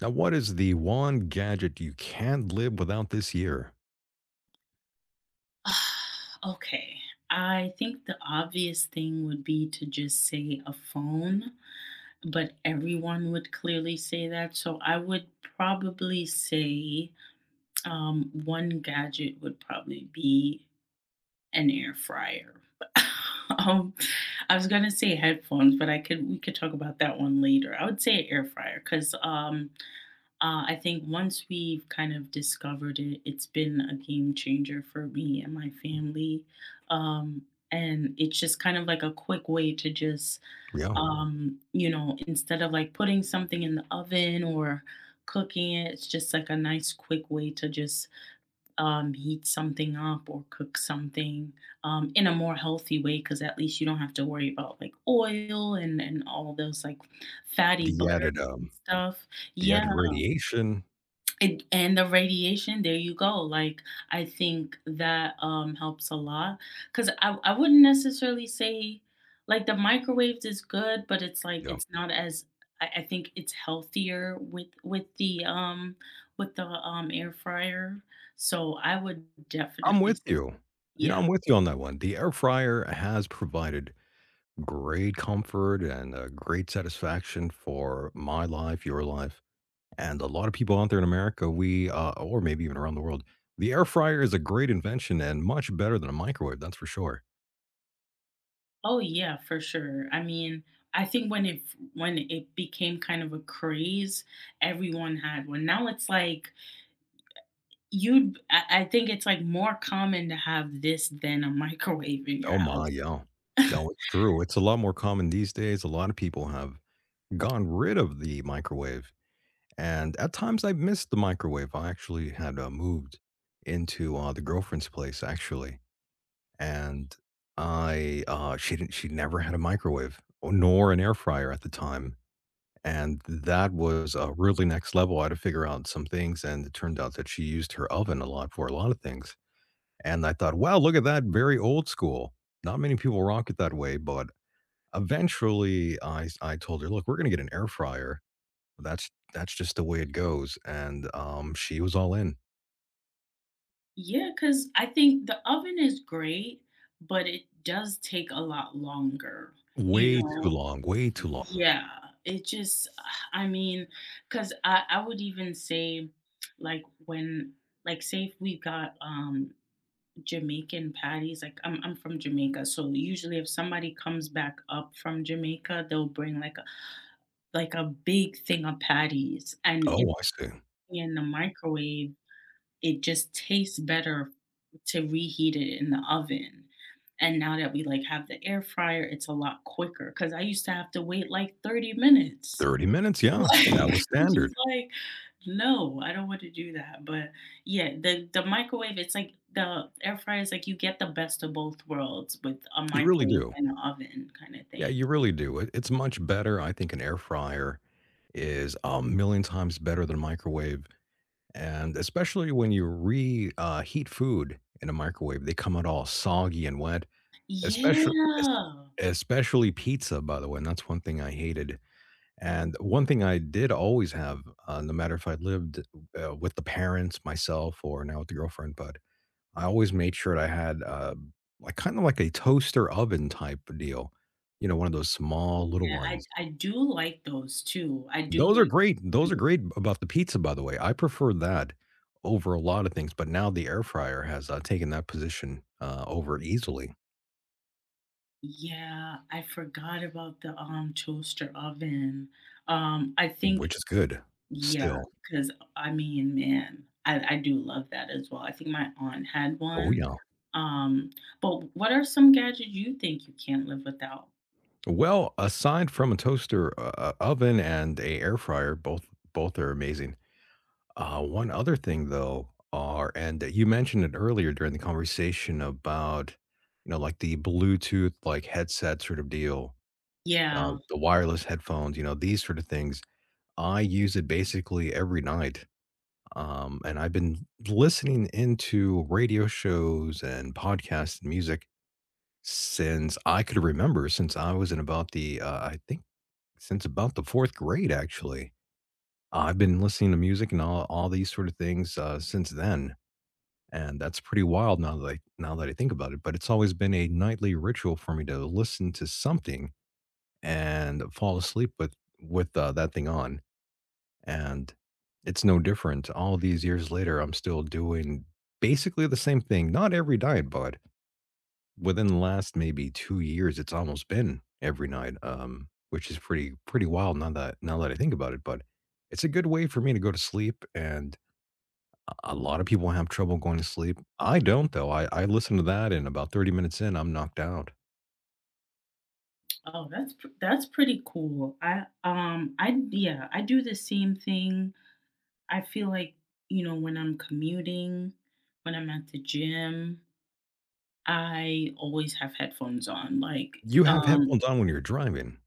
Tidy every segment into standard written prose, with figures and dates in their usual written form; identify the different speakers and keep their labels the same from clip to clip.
Speaker 1: Now, what is the one gadget you can't live without this year?
Speaker 2: Okay. I think the obvious thing would be to just say a phone, but everyone would clearly say that. So I would probably say one gadget would probably be an air fryer. um, I was gonna say headphones, but I could we could talk about that one later. I would say air fryer because I think once we've kind of discovered it, it's been a game changer for me and my family. And it's just kind of like a quick way to just,
Speaker 1: Yeah,
Speaker 2: um, you know, instead of like putting something in the oven or cooking it, it's just like a nice quick way to just heat something up or cook something in a more healthy way, because at least you don't have to worry about like oil and all those like fatty
Speaker 1: the
Speaker 2: butters
Speaker 1: added,
Speaker 2: and
Speaker 1: um,
Speaker 2: stuff.
Speaker 1: the
Speaker 2: Yeah,
Speaker 1: added radiation.
Speaker 2: and the radiation, there you go. Like, I think that helps a lot, because I wouldn't necessarily say like the microwaves is good, but it's like
Speaker 1: Yeah,
Speaker 2: it's not as I think it's healthier with the with the air fryer, so I would
Speaker 1: I'm
Speaker 2: definitely
Speaker 1: with
Speaker 2: s-
Speaker 1: you. You know,
Speaker 2: yeah.
Speaker 1: I'm with you on that one. The air fryer has provided great comfort and great satisfaction for my life, your life, and a lot of people out there in America. We, or maybe even around the world, the air fryer is a great invention and much better than a microwave. That's for sure.
Speaker 2: Oh yeah, for sure. I mean, I think when it became kind of a craze, everyone had one. Now it's like You'd I think it's, like, more common to have this than a microwave in your
Speaker 1: Oh my,
Speaker 2: house.
Speaker 1: yeah. No, it's true. It's a lot more common these days. A lot of people have gone rid of the microwave, and at times I missed the microwave. I actually had, moved into, the girlfriend's place, actually, and I, she didn't she never had a microwave or nor an air fryer at the time, and that was, really next level. I had to figure out some things, and it turned out that she used her oven a lot for a lot of things, and I thought, "Wow, look at that, very old school." Not many people rock it that way, but eventually I told her, "Look, we're gonna get an air fryer." That's just the way it goes, and, she was all in.
Speaker 2: Yeah, because I think the oven is great, but it does take a lot longer, you
Speaker 1: Way too
Speaker 2: know?
Speaker 1: long, way too long.
Speaker 2: Yeah, it just I mean, because I would even say, like, when like, say if we got, Jamaican patties, like, I'm from Jamaica, so usually if somebody comes back up from Jamaica, they'll bring, like, a big thing of patties, and in
Speaker 1: Oh, I see.
Speaker 2: in the microwave, it just tastes better to reheat it in the oven, and now that we, like, have the air fryer, it's a lot quicker. Cause I used to have to wait, like, 30 minutes.
Speaker 1: 30 minutes, yeah,
Speaker 2: Like,
Speaker 1: that was
Speaker 2: I'm
Speaker 1: standard.
Speaker 2: just like, "No, I don't want to do that," but, yeah, the microwave, it's like the air fryer is like you get the best of both worlds with a
Speaker 1: You really
Speaker 2: microwave
Speaker 1: do.
Speaker 2: and an oven kinda
Speaker 1: Yeah,
Speaker 2: thing.
Speaker 1: you really do. It's much better, I think an air fryer is a million times better than a microwave, and especially when you re heat food in a microwave, they come out all soggy and wet. Especially,
Speaker 2: Yeah.
Speaker 1: especially pizza, by the way, and that's one thing I hated. And one thing I did always have, no matter if I lived with the parents, myself, or now with the girlfriend, but I always made sure that I had like kind of like a toaster oven type deal, you know, one of those small little
Speaker 2: Yeah, I
Speaker 1: ones.
Speaker 2: I do like those too. I do
Speaker 1: Those are
Speaker 2: like
Speaker 1: great.
Speaker 2: those
Speaker 1: Those are
Speaker 2: too.
Speaker 1: great about the pizza, by the way. I prefer that over a lot of things, but now the air fryer has taken that position over it easily,
Speaker 2: Yeah, I forgot about the, toaster oven. I think
Speaker 1: which is good
Speaker 2: Yeah,
Speaker 1: still.
Speaker 2: because I mean, man, I do love that as well. I think my aunt had
Speaker 1: Oh,
Speaker 2: one.
Speaker 1: yeah.
Speaker 2: Um, but what are some gadgets you think you can't live without?
Speaker 1: Well, aside from a toaster, oven, and a air fryer, both are amazing. One other thing though are, and you mentioned it earlier during the conversation about, you know, like the Bluetooth like headset sort of deal,
Speaker 2: Yeah.
Speaker 1: the wireless headphones, you know, these sort of things. I use it basically every night. And I've been listening into radio shows and podcasts and music since I could remember, since I was in about the, I think since about the fourth grade, actually. I've been listening to music and all these sort of things since then, and that's pretty wild now that now that I think about it. But it's always been a nightly ritual for me to listen to something and fall asleep with with that thing on, and it's no different. All these years later, I'm still doing basically the same thing. Not every night, but within the last maybe 2 years, it's almost been every night, which is pretty wild now that I think about it, but it's a good way for me to go to sleep, and a lot of people have trouble going to sleep. I don't, though. I listen to that, and about 30 minutes in, I'm knocked out.
Speaker 2: Oh, that's pr that's pretty cool. I yeah, I do the same thing. I feel like, you know, when I'm commuting, when I'm at the gym, I always have headphones on, like,
Speaker 1: You have
Speaker 2: um,
Speaker 1: headphones on when you're driving.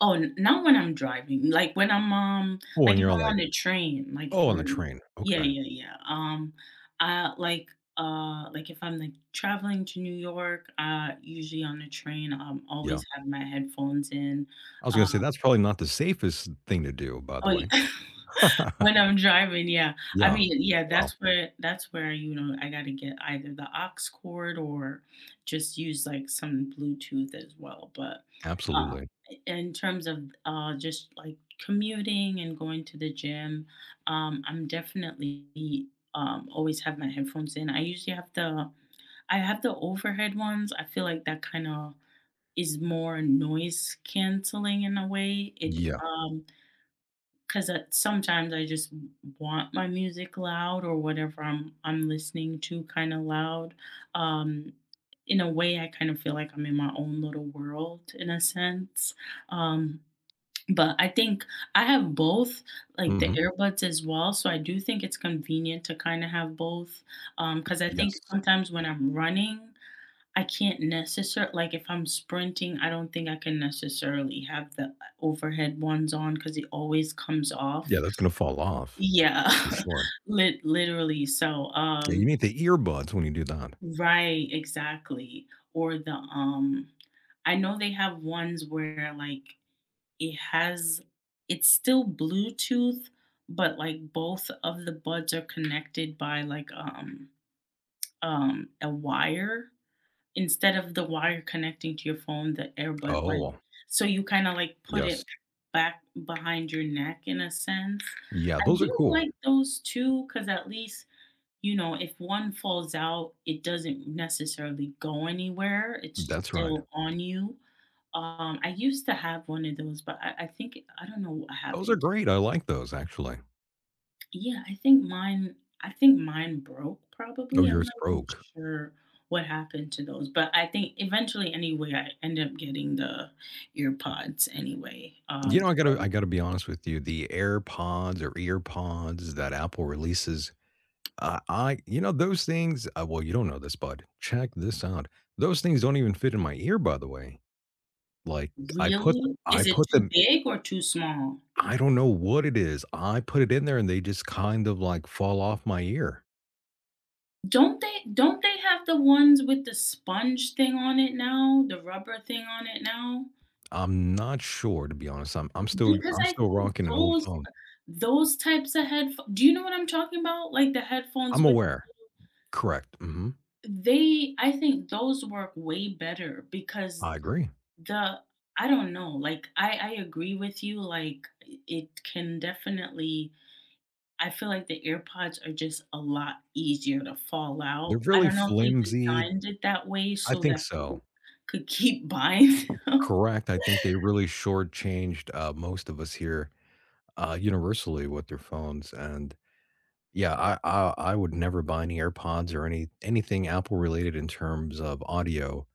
Speaker 2: Oh, n not when I'm driving, like, when I'm
Speaker 1: Oh,
Speaker 2: like,
Speaker 1: and
Speaker 2: if
Speaker 1: you're all
Speaker 2: I'm
Speaker 1: like,
Speaker 2: on the train, like, if
Speaker 1: "Oh, on the
Speaker 2: I'm
Speaker 1: train.
Speaker 2: Yeah,
Speaker 1: Okay.
Speaker 2: yeah, yeah, I like, like, if I'm, like, traveling to New York, usually on the train,
Speaker 1: Yeah."
Speaker 2: always have my headphones in,
Speaker 1: I was gonna say
Speaker 2: um
Speaker 1: that's probably not the safest thing to do, by the
Speaker 2: Oh, ye
Speaker 1: way.
Speaker 2: When I'm driving, yeah. I
Speaker 1: Yeah.
Speaker 2: mean, yeah,
Speaker 1: Wow.
Speaker 2: that's where you know, I gotta get either the aux cord or just use, like, some Bluetooth as well, but, uh
Speaker 1: Absolutely.
Speaker 2: in terms of just like commuting and going to the gym, I'm definitely always have my headphones in. I usually have the I have the overhead ones. I feel like that kind of is more noise canceling in a way. It
Speaker 1: Yeah.
Speaker 2: because sometimes I just want my music loud, or whatever I'm listening to kind of loud. Um, in a way, I kind of feel like I'm in my own little world in a sense. Um, but I think I have both, like, the
Speaker 1: Mhm.
Speaker 2: earbuds as well, so I do think it's convenient to kinda have both. Because I think
Speaker 1: Yes.
Speaker 2: sometimes when I'm running, I can't necessar like, if I'm sprinting, I don't think I can necessarily have the overhead ones on because it always comes
Speaker 1: Yeah,
Speaker 2: off.
Speaker 1: that's gonna fall off
Speaker 2: Yeah.
Speaker 1: for sure.
Speaker 2: Literally, so,
Speaker 1: Yeah, you need the earbuds when you do that.
Speaker 2: Right, exactly. Or the, I know they have ones where, like it has it's still Bluetooth, but, like, both of the buds are connected by, like, a wire instead of the wire connecting to your phone, the earbud, like
Speaker 1: Oh,
Speaker 2: so you kinda, like, put it
Speaker 1: yes.
Speaker 2: back behind your neck in a sense.
Speaker 1: Yeah,
Speaker 2: I
Speaker 1: those are
Speaker 2: do
Speaker 1: cool.
Speaker 2: like those two because at least, you know, if one falls out, it doesn't necessarily go anywhere. It's
Speaker 1: That's right.
Speaker 2: still on you. I used to have one of those, but I think I don't know what
Speaker 1: Those are
Speaker 2: happened.
Speaker 1: great. I like those actually.
Speaker 2: Yeah, I think mine. I think mine broke.
Speaker 1: Oh,
Speaker 2: Probably,
Speaker 1: your
Speaker 2: I'm not even
Speaker 1: stroke.
Speaker 2: sure what happened to those, but I think eventually, anyway, I ended up getting the ear pods anyway.
Speaker 1: You know, I gotta
Speaker 2: So
Speaker 1: I gotta be honest with you. The AirPods or EarPods that Apple releases, I you know those things. Well, you don't know this, bud. Check this out. Those things don't even fit in my ear. By the way, like I put
Speaker 2: really,
Speaker 1: I
Speaker 2: is it
Speaker 1: put
Speaker 2: too
Speaker 1: them.
Speaker 2: big or too small?
Speaker 1: I don't know what it is. I put it in there, and they just kind of like fall off my ear.
Speaker 2: Don't they have the ones with the sponge thing on it now, the rubber thing on it now?
Speaker 1: I'm not sure, to be honest. I'm I'm still
Speaker 2: Because
Speaker 1: I'm
Speaker 2: I
Speaker 1: still
Speaker 2: think
Speaker 1: rocking an old phone.
Speaker 2: those types of headpho do you know what I'm talking about? Like the headphones
Speaker 1: I'm
Speaker 2: with
Speaker 1: aware. Correct, mhm.
Speaker 2: they I think those work way better because
Speaker 1: I agree.
Speaker 2: the I don't know, like I agree with you, like it can definitely I feel like the AirPods are just a lot easier to fall
Speaker 1: They're
Speaker 2: out. I
Speaker 1: really
Speaker 2: don't know if they
Speaker 1: flimsy.
Speaker 2: designed it that way
Speaker 1: I
Speaker 2: so
Speaker 1: think
Speaker 2: that
Speaker 1: so.
Speaker 2: people could keep buying them.
Speaker 1: Correct, I think they really shortchanged, most of us here, universally with their phones, and yeah, I would never buy any AirPods or any anything Apple related in terms of audio.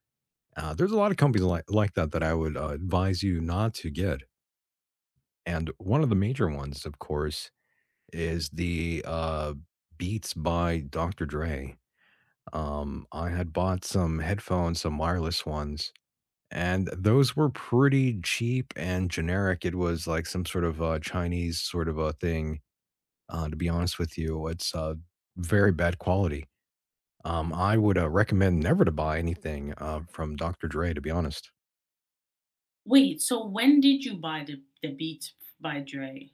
Speaker 1: There's a lot of companies like that that I would, advise you not to get, and one of the major ones, of course, is the Beats by Dr. Dre. I had bought some headphones, some wireless ones, and those were pretty cheap and generic. It was like some sort of Chinese sort of a thing. To be honest with you, it's very bad quality. I would recommend never to buy anything from Dr. Dre. To be honest,
Speaker 2: Wait, so when did you buy the Beats by Dre?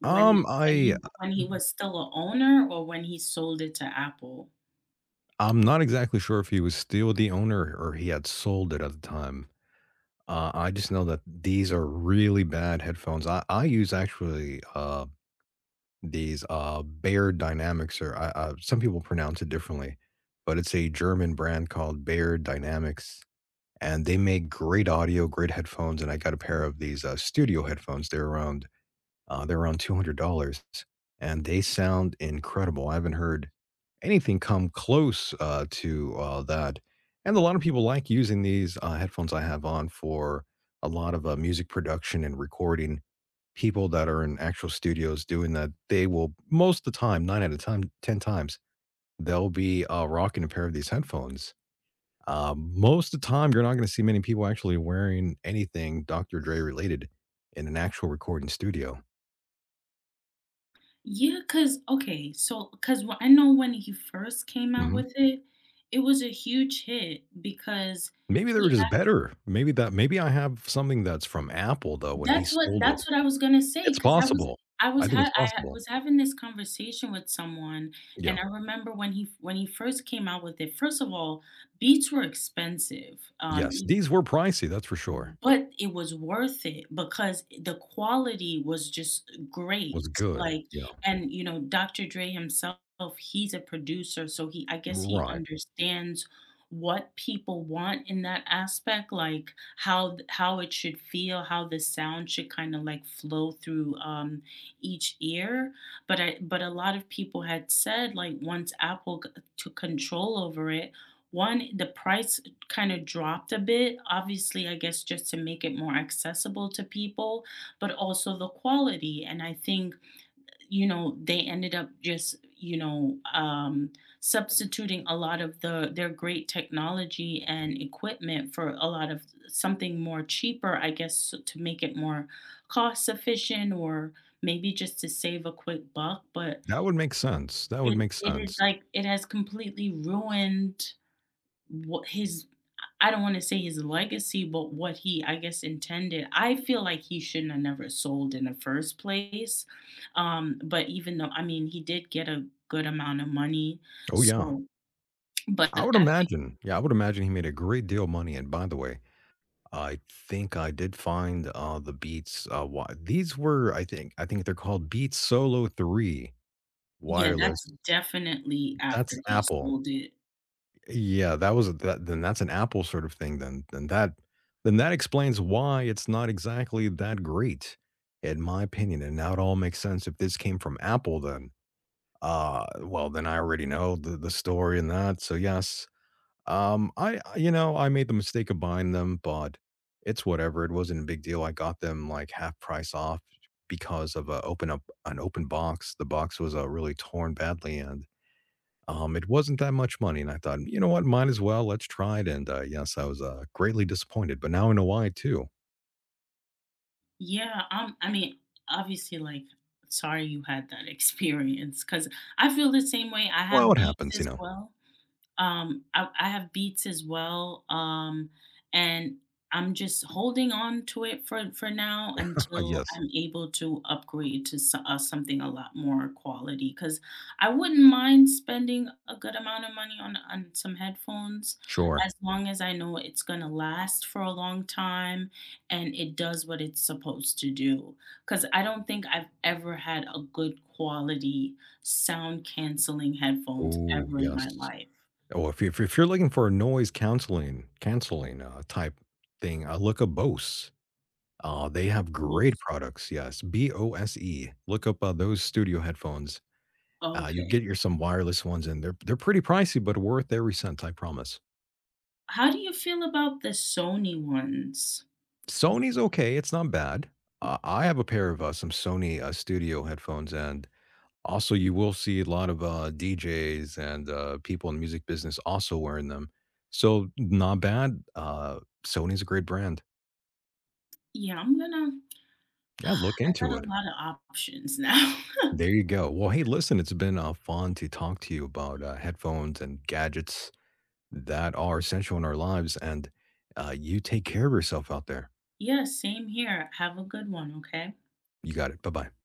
Speaker 2: When
Speaker 1: um, I
Speaker 2: when he was still a owner, or when he sold it to Apple?
Speaker 1: I'm not exactly sure if he was still the owner or he had sold it at the time. I just know that these are really bad headphones. I use actually these Bear Dynamics, or some people pronounce it differently, but it's a German brand called Bear Dynamics, and they make great audio, great headphones. And I got a pair of these studio headphones. They're around $200 and they sound incredible. I haven't heard anything come close to that. And a lot of people like using these headphones I have on for a lot of music production and recording. People that are in actual studios doing that, they will most of the time, nine out of time, 10 times, they'll be rocking a pair of these headphones. Most of the time, you're not going to see many people actually wearing anything Dr. Dre related in an actual recording studio.
Speaker 2: Yeah, cause okay, so 'cause wh I know when he first came out
Speaker 1: Mhm.
Speaker 2: with it, it was a huge hit because
Speaker 1: Maybe they were
Speaker 2: he
Speaker 1: just better. Maybe that maybe I have something that's from Apple, though, when he sold it.
Speaker 2: That's what I was gonna say, say
Speaker 1: It's
Speaker 2: because I was
Speaker 1: possible.
Speaker 2: I
Speaker 1: I
Speaker 2: was ha
Speaker 1: think it's
Speaker 2: I ha-
Speaker 1: possible.
Speaker 2: was having this conversation with someone,
Speaker 1: Yeah.
Speaker 2: and I remember when he first came out with it. First of all, beats were expensive,
Speaker 1: Yes,
Speaker 2: e
Speaker 1: these were pricey, that's for sure.
Speaker 2: but it was worth it because the quality was just
Speaker 1: Was
Speaker 2: great,
Speaker 1: good.
Speaker 2: like
Speaker 1: Yeah.
Speaker 2: and, you know, Dr. Dre himself, he's a producer, so he I guess he
Speaker 1: Right.
Speaker 2: understands what people want in that aspect, like how it should feel, how the sound should kinda, like, flow through, each ear, but a lot of people had said, like, once Apple g took control over it, one, the price kind of dropped a bit. Obviously, I guess just to make it more accessible to people, but also the quality. And I think, you know, they ended up just, substituting a lot of their great technology and equipment for a lot of something more cheaper, I guess, to make it more cost efficient, or maybe just to save a quick buck. But
Speaker 1: That would make sense. That would
Speaker 2: it,
Speaker 1: make
Speaker 2: it is
Speaker 1: sense.
Speaker 2: like it has completely ruined what his I don't want to say his legacy, but what he, I guess, intended. I feel like he shouldn't have never sold in the first place. But even though, I mean, he did get a good amount of money.
Speaker 1: Oh, yeah.
Speaker 2: So, but
Speaker 1: I would
Speaker 2: I think,
Speaker 1: imagine. Yeah, I would imagine he made a great deal of money, and by the way, I think I did find, the Beats, wi these were I think they're called Beats Solo 3
Speaker 2: yeah,
Speaker 1: wireless.
Speaker 2: that's definitely
Speaker 1: That's
Speaker 2: after he
Speaker 1: Apple.
Speaker 2: sold it.
Speaker 1: Yeah, that was a- that then that's an Apple sort of thing then. Then that explains why it's not exactly that great, in my opinion, and now it all makes sense. If this came from Apple, then, well, then I already know the story and that, so yes. I you know, I made the mistake of buying them, but it's whatever, it wasn't a big deal. I got them, like, half price off because of a open up an open box. The box was, really torn badly, and it wasn't that much money, and I thought, you know what, might as well, let's try it, and, yes, I was, greatly disappointed, but now I know why too.
Speaker 2: Yeah. I mean, obviously, like, sorry you had that experience, because I feel the same way. I
Speaker 1: Well,
Speaker 2: have
Speaker 1: it
Speaker 2: beats
Speaker 1: happens, you
Speaker 2: as
Speaker 1: know.
Speaker 2: well. I have Beats as well, and I'm just holding on to it for now until
Speaker 1: Yes,
Speaker 2: I'm able to upgrade to something a lot more quality. Cause I wouldn't mind spending a good amount of money on some headphones
Speaker 1: sure.
Speaker 2: as long as I know it's gonna last for a long time and it does what it's supposed to do. Cause I don't think I've ever had a good quality sound canceling headphones
Speaker 1: Oh,
Speaker 2: ever in
Speaker 1: yes.
Speaker 2: my life.
Speaker 1: Oh, if you're looking for a noise counseling canceling, type thing, look up Bose. They have great
Speaker 2: Those
Speaker 1: products, yes, Bose. Look up, those studio headphones. You
Speaker 2: okay.
Speaker 1: get your some wireless ones, and they're pretty pricey, but worth every cent, I promise.
Speaker 2: How do you feel about the Sony ones?
Speaker 1: Sony's okay, it's not bad. I have a pair of, some Sony, studio headphones, and also you will see a lot of, DJs and, people in the music business also wearing them. So, not bad, Sony's a great brand.
Speaker 2: Yeah, I'm gonna
Speaker 1: Yeah, look
Speaker 2: I got
Speaker 1: into
Speaker 2: a
Speaker 1: it.
Speaker 2: lot of options now.
Speaker 1: There you go. Well, hey, listen, it's been, fun to talk to you about, headphones and gadgets that are essential in our lives, and, you take care of yourself out there.
Speaker 2: Yeah, same here. Have a good one, okay?
Speaker 1: You got it, bye-bye.